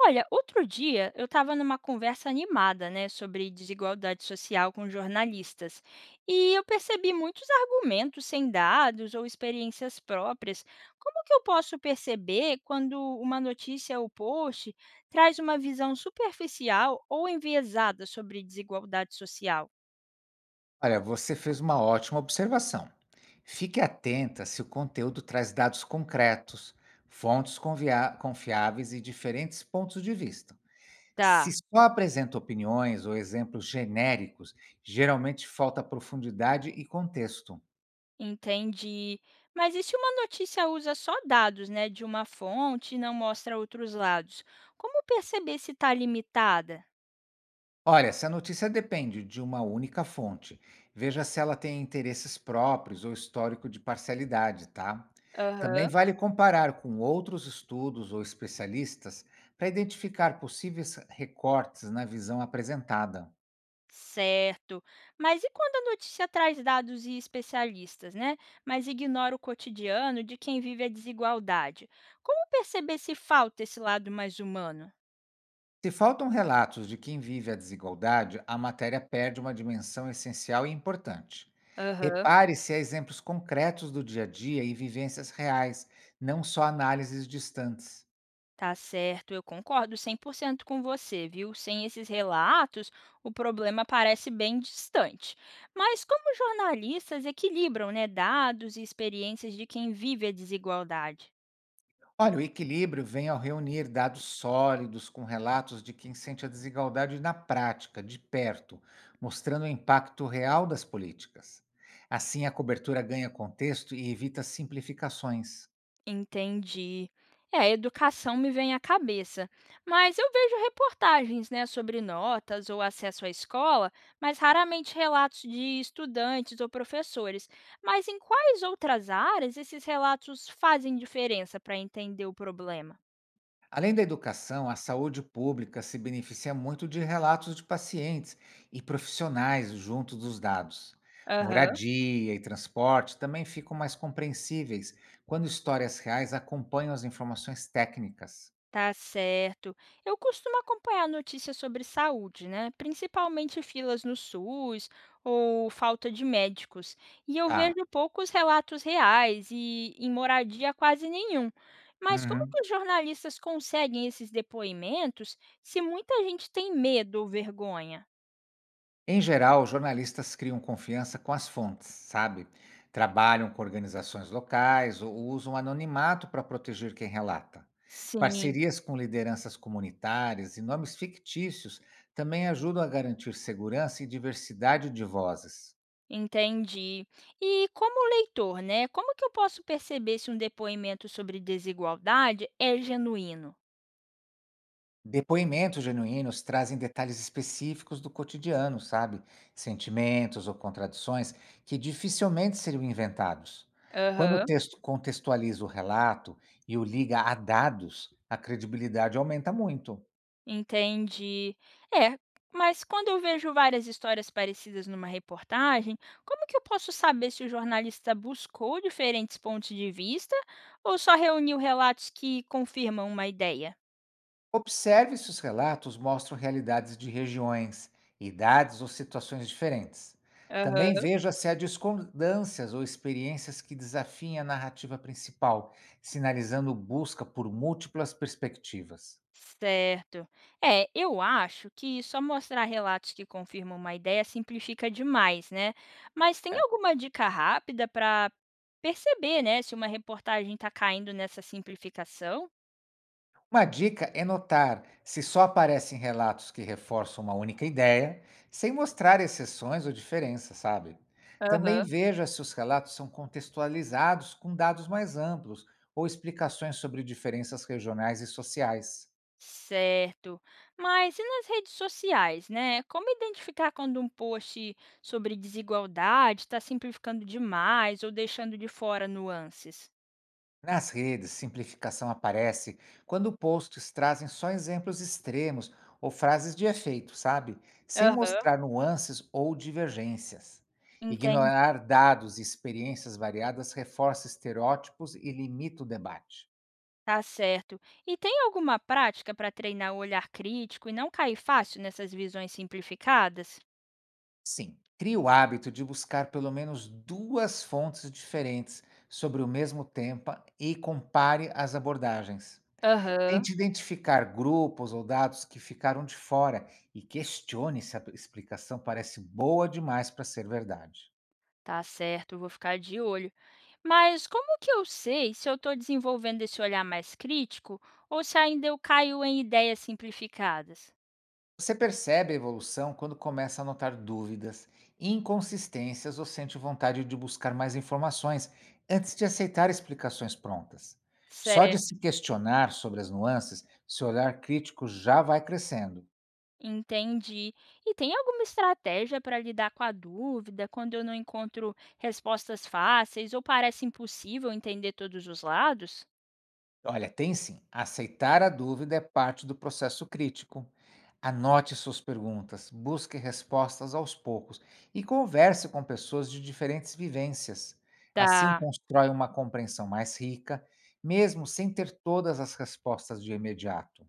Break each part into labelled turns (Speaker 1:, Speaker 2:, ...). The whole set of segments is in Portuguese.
Speaker 1: Olha, outro dia eu estava numa conversa animada, né, sobre desigualdade social com jornalistas, e eu percebi muitos argumentos sem dados ou experiências próprias. Como que eu posso perceber quando uma notícia ou post traz uma visão superficial ou enviesada sobre desigualdade social?
Speaker 2: Olha, você fez uma ótima observação. Fique atenta se o conteúdo traz dados concretos, fontes confiáveis e diferentes pontos de vista. Se
Speaker 1: Tá,
Speaker 2: só apresenta opiniões ou exemplos genéricos, geralmente falta profundidade e contexto.
Speaker 1: entendi. Mas e se uma notícia usa só dados, né, de uma fonte e não mostra outros lados? Como perceber se está limitada?
Speaker 2: Olha, se a notícia depende de uma única fonte, veja se ela tem interesses próprios ou histórico de parcialidade, tá? Também
Speaker 1: Aham.
Speaker 2: vale comparar com outros estudos ou especialistas para identificar possíveis recortes na visão apresentada.
Speaker 1: Certo. Mas e quando a notícia traz dados e especialistas, né? Mas ignora o cotidiano de quem vive a desigualdade? Como perceber se falta esse lado mais humano?
Speaker 2: Se faltam relatos de quem vive a desigualdade, a matéria perde uma dimensão essencial e importante.
Speaker 1: Aham.
Speaker 2: Repare se há exemplos concretos do dia a dia e vivências reais, não só análises distantes.
Speaker 1: Tá certo, eu concordo 100% com você, viu? Sem esses relatos, o problema parece bem distante. Mas como jornalistas equilibram, né, dados e experiências de quem vive a desigualdade?
Speaker 2: Olha, o equilíbrio vem ao reunir dados sólidos com relatos de quem sente a desigualdade na prática, de perto, mostrando o impacto real das políticas. Assim, a cobertura ganha contexto e evita simplificações.
Speaker 1: Entendi. É, educação me vem à cabeça, mas eu vejo reportagens, né, sobre notas ou acesso à escola, mas raramente relatos de estudantes ou professores. Mas em quais outras áreas esses relatos fazem diferença para entender o problema?
Speaker 2: Além da educação, a saúde pública se beneficia muito de relatos de pacientes e profissionais junto dos dados.
Speaker 1: Aham.
Speaker 2: Moradia e transporte também ficam mais compreensíveis quando histórias reais acompanham as informações técnicas.
Speaker 1: Tá certo. Eu costumo acompanhar notícias sobre saúde, né? Principalmente filas no SUS ou falta de médicos. E eu
Speaker 2: Tá.
Speaker 1: vejo poucos relatos reais e em moradia quase nenhum. Mas como
Speaker 2: Uhum.
Speaker 1: que os jornalistas conseguem esses depoimentos se muita gente tem medo ou vergonha?
Speaker 2: Em geral, jornalistas criam confiança com as fontes, sabe? Trabalham com organizações locais ou usam anonimato para proteger quem relata.
Speaker 1: Sim,
Speaker 2: Parcerias com lideranças comunitárias e nomes fictícios também ajudam a garantir segurança e diversidade de vozes.
Speaker 1: entendi. E como leitor, né? Como que eu posso perceber se um depoimento sobre desigualdade é genuíno?
Speaker 2: Depoimentos genuínos trazem detalhes específicos do cotidiano, sabe? Sentimentos ou contradições que dificilmente seriam inventados. Quando o
Speaker 1: Aham.
Speaker 2: texto contextualiza o relato e o liga a dados, a credibilidade aumenta muito.
Speaker 1: Entendi. É, mas quando eu vejo várias histórias parecidas numa reportagem, como que eu posso saber se o jornalista buscou diferentes pontos de vista ou só reuniu relatos que confirmam uma ideia?
Speaker 2: Observe se os relatos mostram realidades de regiões, idades ou situações diferentes. Também
Speaker 1: Aham.
Speaker 2: veja se há discordâncias ou experiências que desafiem a narrativa principal, sinalizando busca por múltiplas perspectivas.
Speaker 1: Certo. É, eu acho que só mostrar relatos que confirmam uma ideia simplifica demais, né? Mas tem
Speaker 2: É.
Speaker 1: alguma dica rápida para perceber, né, se uma reportagem está caindo nessa simplificação?
Speaker 2: Uma dica é notar se só aparecem relatos que reforçam uma única ideia, sem mostrar exceções ou diferenças, sabe? Também
Speaker 1: Aham.
Speaker 2: veja se os relatos são contextualizados com dados mais amplos ou explicações sobre diferenças regionais e sociais.
Speaker 1: Certo. Mas e nas redes sociais, né? Como identificar quando um post sobre desigualdade está simplificando demais ou deixando de fora nuances?
Speaker 2: Nas redes, simplificação aparece quando posts trazem só exemplos extremos ou frases de efeito, sabe? Sem
Speaker 1: Aham.
Speaker 2: mostrar nuances ou divergências.
Speaker 1: Entendi.
Speaker 2: Ignorar dados e experiências variadas reforça estereótipos e limita o debate.
Speaker 1: Tá certo. E tem alguma prática para treinar o olhar crítico e não cair fácil nessas visões simplificadas?
Speaker 2: Sim, crie o hábito de buscar pelo menos duas fontes diferentes sobre o mesmo tema e compare as abordagens.
Speaker 1: Aham.
Speaker 2: Tente identificar grupos ou dados que ficaram de fora e questione se a explicação parece boa demais para ser verdade.
Speaker 1: Tá certo, vou ficar de olho. Mas como que eu sei se eu estou desenvolvendo esse olhar mais crítico ou se ainda eu caio em ideias simplificadas?
Speaker 2: Você percebe a evolução quando começa a notar dúvidas, inconsistências ou sente vontade de buscar mais informações antes de aceitar explicações prontas. Só de
Speaker 1: Certo,
Speaker 2: se questionar sobre as nuances, seu olhar crítico já vai crescendo.
Speaker 1: entendi. E tem alguma estratégia para lidar com a dúvida quando eu não encontro respostas fáceis ou parece impossível entender todos os lados?
Speaker 2: Olha, tem sim. Aceitar a dúvida é parte do processo crítico. Anote suas perguntas, busque respostas aos poucos e converse com pessoas de diferentes vivências. Assim,
Speaker 1: Tá,
Speaker 2: constrói uma compreensão mais rica, mesmo sem ter todas as respostas de imediato.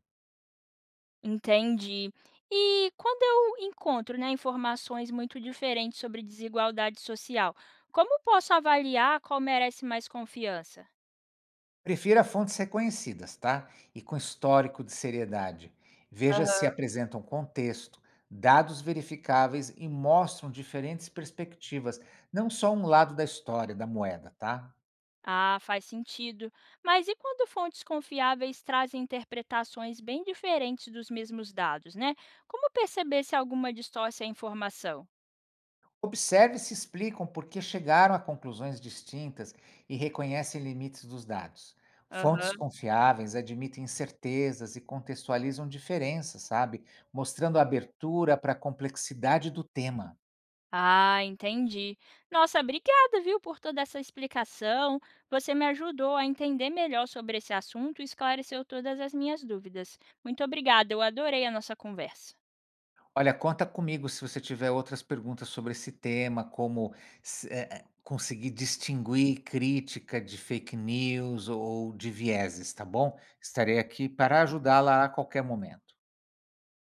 Speaker 1: entendi. E quando eu encontro, né, informações muito diferentes sobre desigualdade social, como posso avaliar qual merece mais confiança?
Speaker 2: Prefira fontes reconhecidas, tá? E com histórico de seriedade. Veja se apresentam contexto, dados verificáveis e mostram diferentes perspectivas, não só um lado da história da moeda, tá?
Speaker 1: Ah, faz sentido. Mas e quando fontes confiáveis trazem interpretações bem diferentes dos mesmos dados, né? Como perceber se alguma distorce a informação?
Speaker 2: Observe se explicam por que chegaram a conclusões distintas e reconhecem limites dos dados. Fontes
Speaker 1: Aham.
Speaker 2: confiáveis admitem incertezas e contextualizam diferenças, sabe? Mostrando abertura para a complexidade do tema.
Speaker 1: Ah, entendi. Nossa, obrigada, viu, por toda essa explicação. Você me ajudou a entender melhor sobre esse assunto e esclareceu todas as minhas dúvidas. Muito obrigada, eu adorei a nossa conversa.
Speaker 2: Olha, conta comigo se você tiver outras perguntas sobre esse tema, como conseguir distinguir crítica de fake news ou de vieses, tá bom? Estarei aqui para ajudá-la a qualquer momento.